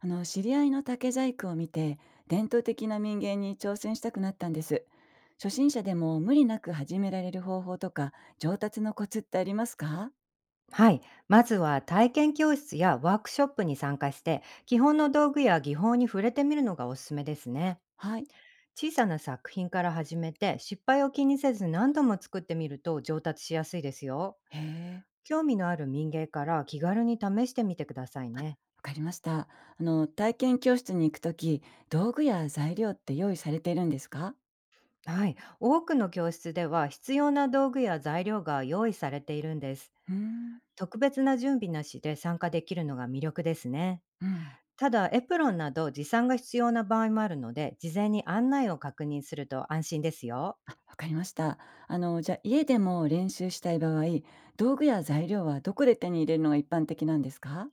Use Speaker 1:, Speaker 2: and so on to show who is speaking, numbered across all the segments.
Speaker 1: あの知り合いの竹細工を見て、伝統的な民芸に挑戦したくなったんです。初心者でも無理なく始められる方法とか上達のコツってありますか？
Speaker 2: はい。まずは体験教室やワークショップに参加して、基本の道具や技法に触れてみるのがおすすめですね。
Speaker 1: はい。
Speaker 2: 小さな作品から始めて、失敗を気にせず何度も作ってみると上達しやすいですよ。
Speaker 1: へえ。
Speaker 2: 興味のある民芸から気軽に試してみてくださいね。
Speaker 1: わかりました。体験教室に行くとき、道具や材料って用意されているんですか？
Speaker 2: はい。多くの教室では必要な道具や材料が用意されているんです。
Speaker 1: うーん。
Speaker 2: 特別な準備なしで参加できるのが魅力ですね。
Speaker 1: うん。
Speaker 2: ただ、エプロンなど持参が必要な場合もあるので、事前に案内を確認すると安心ですよ。
Speaker 1: わかりました。じゃあ家でも練習したい場合、道具や材料はどこで手に入れるのが一般的なんですか？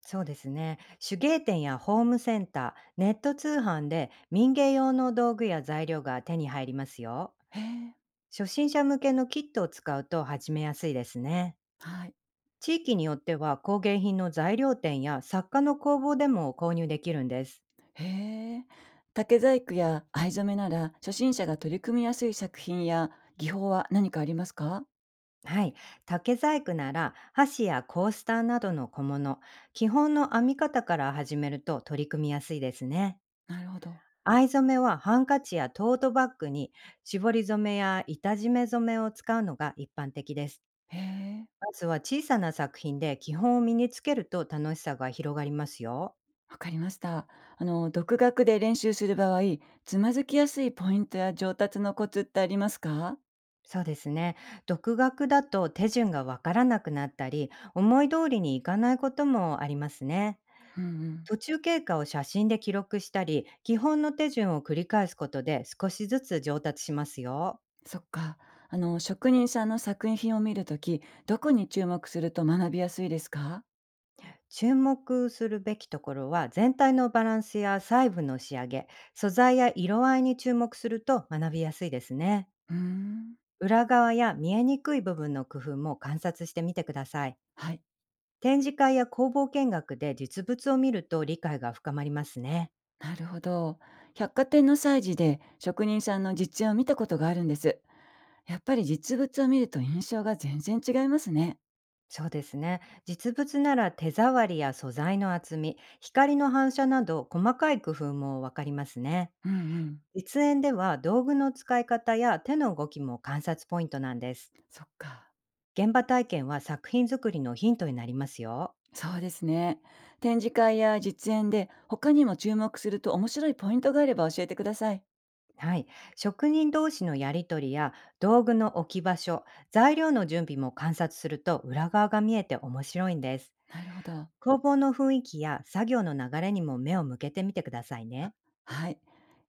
Speaker 2: そうですね。手芸店やホームセンター、ネット通販で民芸用の道具や材料が手に入りますよ。
Speaker 1: へえ。
Speaker 2: 初心者向けのキットを使うと始めやすいですね。
Speaker 1: はい。
Speaker 2: 地域によっては工芸品の材料店や作家の工房でも購入できるんです。
Speaker 1: へえ。竹細工や藍染めなら初心者が取り組みやすい作品や技法は何かありますか？
Speaker 2: はい。竹細工なら箸やコースターなどの小物、基本の編み方から始めると取り組みやすいですね。
Speaker 1: なるほど。
Speaker 2: 藍染めはハンカチやトートバッグに絞り染めや板締め染めを使うのが一般的です。
Speaker 1: へえ。
Speaker 2: まずは小さな作品で基本を身につけると楽しさが広がりますよ。
Speaker 1: わかりました。独学で練習する場合、つまずきやすいポイントや上達のコツってありますか？
Speaker 2: そうですね。独学だと手順がわからなくなったり、思い通りにいかないこともありますね。
Speaker 1: うんうん。
Speaker 2: 途中経過を写真で記録したり、基本の手順を繰り返すことで少しずつ上達しますよ。
Speaker 1: そっか。職人さんの作品を見るとき、どこに注目すると学びやすいですか？
Speaker 2: 注目するべきところは全体のバランスや細部の仕上げ、素材や色合いに注目すると学びやすいですね。
Speaker 1: うーん。
Speaker 2: 裏側や見えにくい部分の工夫も観察してみてください。
Speaker 1: はい。
Speaker 2: 展示会や工房見学で実物を見ると理解が深まりますね。
Speaker 1: なるほど。百貨店の催事で職人さんの実演を見たことがあるんです。やっぱり実物を見ると印象が全然違いますね。
Speaker 2: そうですね。実物なら手触りや素材の厚み、光の反射など細かい工夫もわかりますね。
Speaker 1: うんうん。
Speaker 2: 実演では道具の使い方や手の動きも観察ポイントなんです。
Speaker 1: そっか。
Speaker 2: 現場体験は作品作りのヒントになりますよ。
Speaker 1: そうですね。展示会や実演で他にも注目すると面白いポイントがあれば教えてください。
Speaker 2: はい。職人同士のやりとりや道具の置き場所、材料の準備も観察すると裏側が見えて面白いんです。
Speaker 1: なるほど。
Speaker 2: 工房の雰囲気や作業の流れにも目を向けてみてください
Speaker 1: あ、
Speaker 2: ね。
Speaker 1: はい。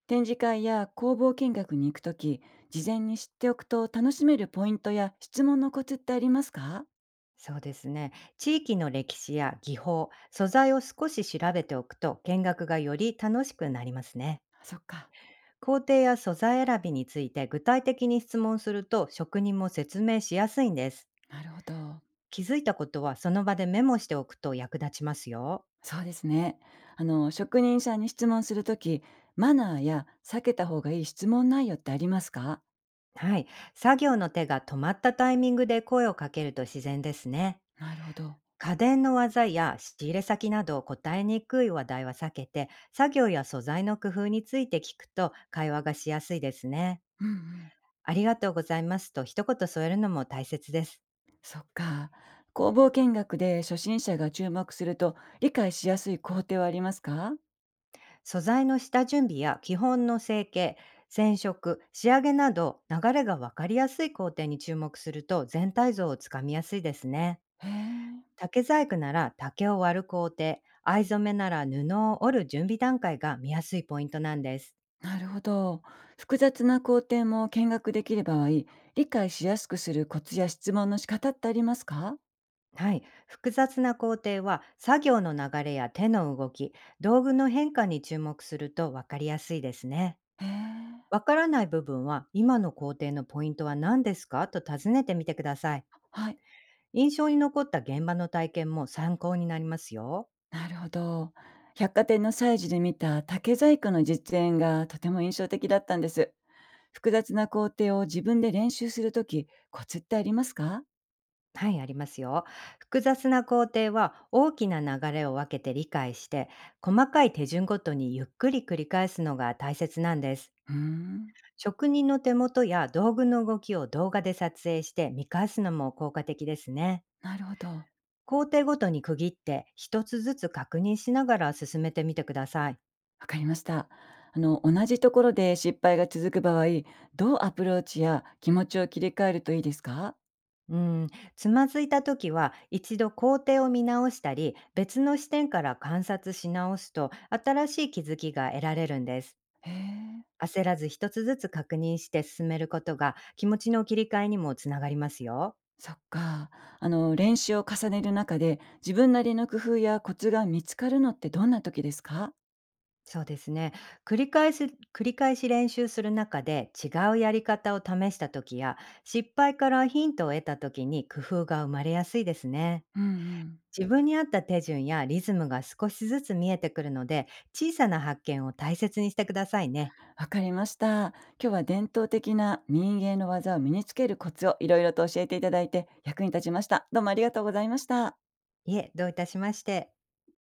Speaker 1: 展示会や工房見学に行くとき、事前に知っておくと楽しめるポイントや質問のコツってありますか？
Speaker 2: そうですね。地域の歴史や技法、素材を少し調べておくと見学がより楽しくなりますね。
Speaker 1: あ、そっか。
Speaker 2: 工程や素材選びについて具体的に質問すると職人も説明しやすいんです。
Speaker 1: なるほど。
Speaker 2: 気づいたことはその場でメモしておくと役立ちますよ。
Speaker 1: そうですね。職人さんに質問するとき、マナーや避けた方がいい質問内容ってありますか？
Speaker 2: はい。作業の手が止まったタイミングで声をかけると自然ですね。
Speaker 1: なるほど。
Speaker 2: 家電の技や仕入れ先など答えにくい話題は避けて、作業や素材の工夫について聞くと会話がしやすいですね。
Speaker 1: うんうん。
Speaker 2: ありがとうございますと一言添えるのも大切です。
Speaker 1: そっか。工房見学で初心者が注目すると理解しやすい工程はありますか？
Speaker 2: 素材の下準備や基本の成形、染色、仕上げなど流れが分かりやすい工程に注目すると全体像をつかみやすいですね。
Speaker 1: へえ。
Speaker 2: 竹細工なら竹を割る工程、藍染めなら布を織る準備段階が見やすいポイントなんです。
Speaker 1: なるほど。複雑な工程も見学できる場合、理解しやすくするコツや質問の仕方ってありますか？
Speaker 2: はい。複雑な工程は作業の流れや手の動き、道具の変化に注目すると分かりやすいですね。
Speaker 1: へえ。
Speaker 2: わからない部分は、今の工程のポイントは何ですかと尋ねてみてください。
Speaker 1: はい。
Speaker 2: 印象に残った現場の体験も参考になりますよ。
Speaker 1: なるほど。百貨店の催事で見た竹細工の実演がとても印象的だったんです。複雑な工程を自分で練習するとき、コツってありますか？
Speaker 2: はい、ありますよ。複雑な工程は大きな流れを分けて理解して、細かい手順ごとにゆっくり繰り返すのが大切なんです。
Speaker 1: うーん。
Speaker 2: 職人の手元や道具の動きを動画で撮影して見返すのも効果的ですね。
Speaker 1: なるほど。
Speaker 2: 工程ごとに区切って一つずつ確認しながら進めてみてください。
Speaker 1: わかりました。同じところで失敗が続く場合、どうアプローチや気持ちを切り替えるといいですか？
Speaker 2: うん、つまずいた時は一度工程を見直したり、別の視点から観察し直すと新しい気づきが得られるんです。
Speaker 1: へえ、
Speaker 2: 焦らず一つずつ確認して進めることが気持ちの切り替えにもつながりますよ。
Speaker 1: そっか。練習を重ねる中で、自分なりの工夫やコツが見つかるのってどんな時ですか？
Speaker 2: そうですね。繰り返す繰り返し練習する中で違うやり方を試した時や、失敗からヒントを得た時に工夫が生まれやすいですね。
Speaker 1: うんうん。
Speaker 2: 自分に合った手順やリズムが少しずつ見えてくるので、小さな発見を大切にしてくださいね。
Speaker 1: わかりました。今日は伝統的な民芸の技を身につけるコツをいろいろと教えていただいて役に立ちました。どうもありがとうございました。
Speaker 2: いえ、どういたしまして。